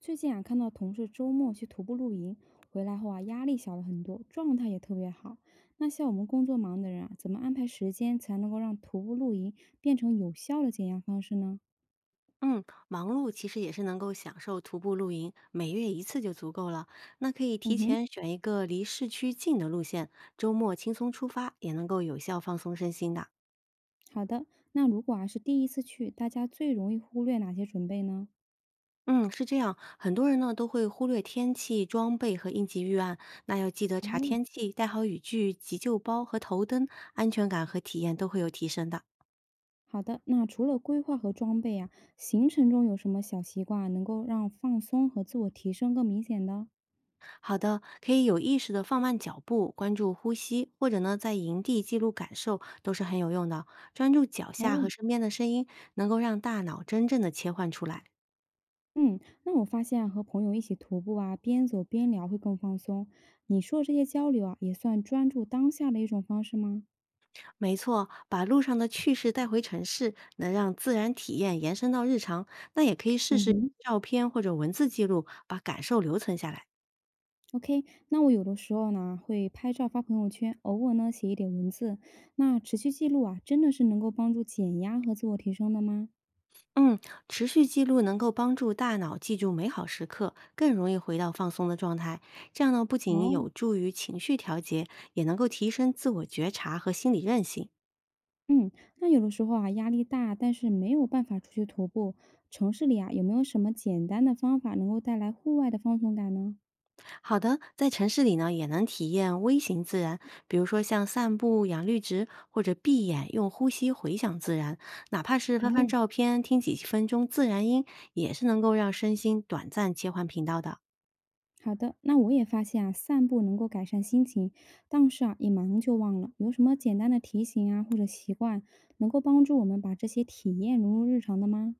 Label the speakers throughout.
Speaker 1: 最近啊，看到同事周末去徒步露营，回来后啊，压力小了很多，状态也特别好。那像我们工作忙的人啊，怎么安排时间才能够让徒步露营变成有效的减压方式呢？
Speaker 2: 嗯，忙碌其实也是能够享受徒步露营，每月一次就足够了。那可以
Speaker 1: 嗯
Speaker 2: 提
Speaker 1: 哼。
Speaker 2: 前选一个离市区近的路线，周末轻松出发，也能够有效放松身心的。
Speaker 1: 好的。那如果啊是第一次去，大家最容易忽略哪些准备呢？
Speaker 2: 嗯，是这样，很多人呢都会忽略天气、装备和应急预案，那要记得查
Speaker 1: 哦，
Speaker 2: 天气，带好雨具、急救包和头灯，安全感和体验都会有提升的。
Speaker 1: 好的。那除了规划和装备啊，行程中有什么小习惯能够让放松和自我提升更明显的？
Speaker 2: 好的，可以有意识的放慢脚步，关注呼吸，或者呢，在营地记录感受，都是很有用的。专注脚下
Speaker 1: 哦。
Speaker 2: 和身边的声音，能够让大脑真正的切换出来。
Speaker 1: 嗯，那我发现啊和朋友一起徒步啊，边走边聊会更放松。你说的这些交流啊，也算专注当下的一种方式吗？
Speaker 2: 没错，把路上的趣事带回城市，能让自然体验延伸到日常。那也可以试
Speaker 1: 嗯
Speaker 2: 试
Speaker 1: 哼
Speaker 2: 照片或者文字记录，把感受留存下来。
Speaker 1: ，OK。那我有的时候呢，会拍照发朋友圈，偶尔呢写一点文字。那持续记录啊，真的是能够帮助减压和自我提升的吗？
Speaker 2: 嗯，持续记录能够帮助大脑记住美好时刻，更容易回到放松的状态。这样呢，不仅
Speaker 1: 哦。
Speaker 2: 有助于情绪调节，也能够提升自我觉察和心理韧性。
Speaker 1: 嗯，那有的时候啊，压力大，但是没有办法出去徒步，城市里啊，有没有什么简单的方法能够带来户外的放松感呢？
Speaker 2: 好的，在城市里呢，也能体验微型自然，比如说像散步、养绿植，或者闭眼用呼吸回想自然，哪怕是翻翻
Speaker 1: 哦。
Speaker 2: 照片、听几分钟自然音，也是能够让身心短暂切换频道的。
Speaker 1: 好的，那我也发现啊，散步能够改善心情，但是啊，一忙就忘了。有什么简单的提醒啊，或者习惯，能够帮助我们把这些体验融入日常的吗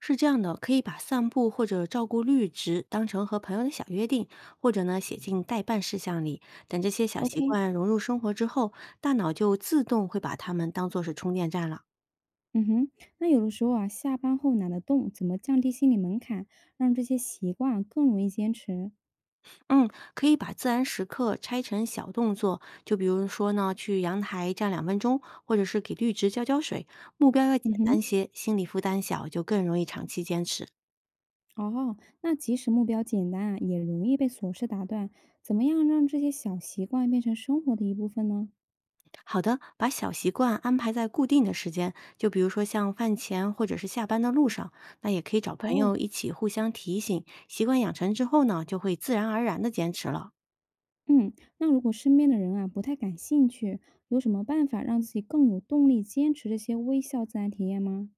Speaker 2: 是这样的，可以把散步或者照顾绿植当成和朋友的小约定，或者呢写进待办事项里。等这些小习
Speaker 1: ？OK。
Speaker 2: 惯融入生活之后，大脑就自动会把它们当做是充电站了。
Speaker 1: 嗯哼，那有的时候啊，下班后懒得动，怎么降低心理门槛，让这些习惯啊更容易坚持？
Speaker 2: 嗯，可以把自然时刻拆成小动作，就比如说呢，去阳台站2分钟，或者是给绿植浇浇水。目标要
Speaker 1: 嗯
Speaker 2: 简单
Speaker 1: 哼。
Speaker 2: 些，心理负担小，就更容易长期坚持。
Speaker 1: 哦，那即使目标简单啊，也容易被琐事打断。怎么样让这些小习惯变成生活的一部分呢？
Speaker 2: 好的，把小习惯安排在固定的时间，就比如说像饭前或者是下班的路上，那也可以找朋
Speaker 1: 哦。
Speaker 2: 友一起互相提醒。习惯养成之后呢，就会自然而然的坚持了。
Speaker 1: 嗯，那如果身边的人啊不太感兴趣，有什么办法让自己更有动力坚持这些微笑自然体验吗？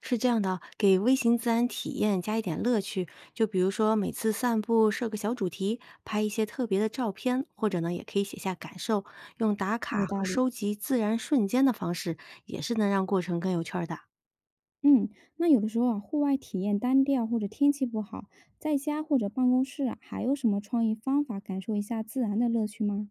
Speaker 2: 是这样的，给微型自然体验加一点乐趣，就比如说每次散步设个小主题，拍一些特别的照片，或者呢也可以写下感受，用打
Speaker 1: 有
Speaker 2: 卡和
Speaker 1: 道理。
Speaker 2: 收集自然瞬间的方式，也是能让过程更有趣儿的。
Speaker 1: 嗯，那有的时候啊，户外体验单调或者天气不好，在家或者办公室啊，还有什么创意方法感受一下自然的乐趣吗？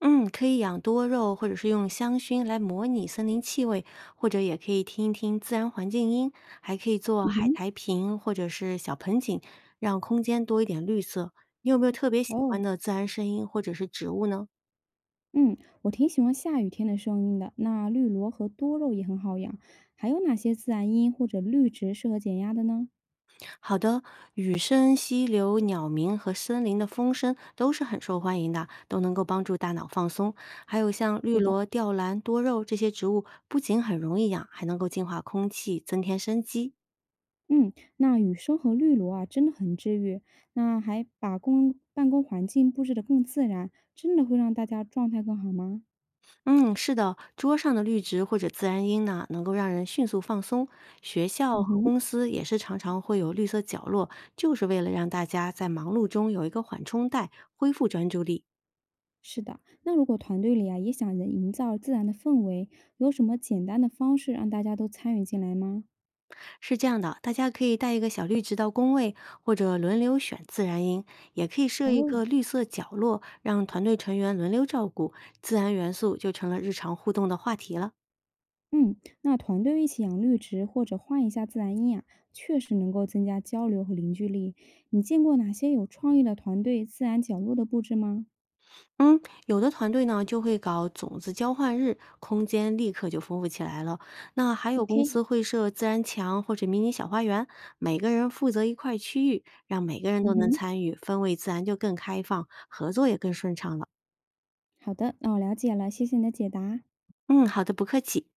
Speaker 2: 嗯，可以养多肉，或者是用香薰来模拟森林气味，或者也可以听一听自然环境音，还可以做
Speaker 1: 嗯
Speaker 2: 海
Speaker 1: 哼。
Speaker 2: 苔瓶或者是小盆景，让空间多一点绿色。你有没有特别喜
Speaker 1: 哦。
Speaker 2: 欢的自然声音或者是植物呢？
Speaker 1: 嗯，我挺喜欢下雨天的声音的。那绿萝和多肉也很好养。还有哪些自然音或者绿植适合减压的呢？
Speaker 2: 好的，雨声、溪流、鸟鸣和森林的风声都是很受欢迎的，都能够帮助大脑放松。还有像绿
Speaker 1: 是的。
Speaker 2: 萝、吊兰、多肉这些植物，不仅很容易养，还能够净化空气，增添生机。
Speaker 1: 嗯，那雨声和绿萝啊，真的很治愈。那还把公办公环境布置得更自然，真的会让大家状态更好吗？
Speaker 2: 嗯，是的，桌上的绿植或者自然音呢，能够让人迅速放松。学校
Speaker 1: 嗯
Speaker 2: 和
Speaker 1: 哼。
Speaker 2: 公司也是常常会有绿色角落，就是为了让大家在忙碌中有一个缓冲带，恢复专注力。
Speaker 1: 是的，那如果团队里啊也想人营造自然的氛围，有什么简单的方式让大家都参与进来吗？
Speaker 2: 是这样的，大家可以带一个小绿植到工位，或者轮流选自然音，也可以设一
Speaker 1: 哦。
Speaker 2: 个绿色角落，让团队成员轮流照顾，自然元素就成了日常互动的话题了。
Speaker 1: 嗯，那团队一起养绿植或者换一下自然阴啊，确实能够增加交流和凝聚力。你见过哪些有创意的团队自然角落的布置吗？
Speaker 2: 嗯，有的团队呢就会搞种子交换日，空间立刻就丰富起来了。那还有公
Speaker 1: OK。
Speaker 2: 司会设自然墙或者迷你小花园，每个人负责一块区域，让每个人
Speaker 1: 嗯
Speaker 2: 都能
Speaker 1: 哼。
Speaker 2: 参与，氛围自然就更开放，合作也更顺畅了。
Speaker 1: 好的，那我了解了，谢谢你的解答。
Speaker 2: 嗯，好的，不客气。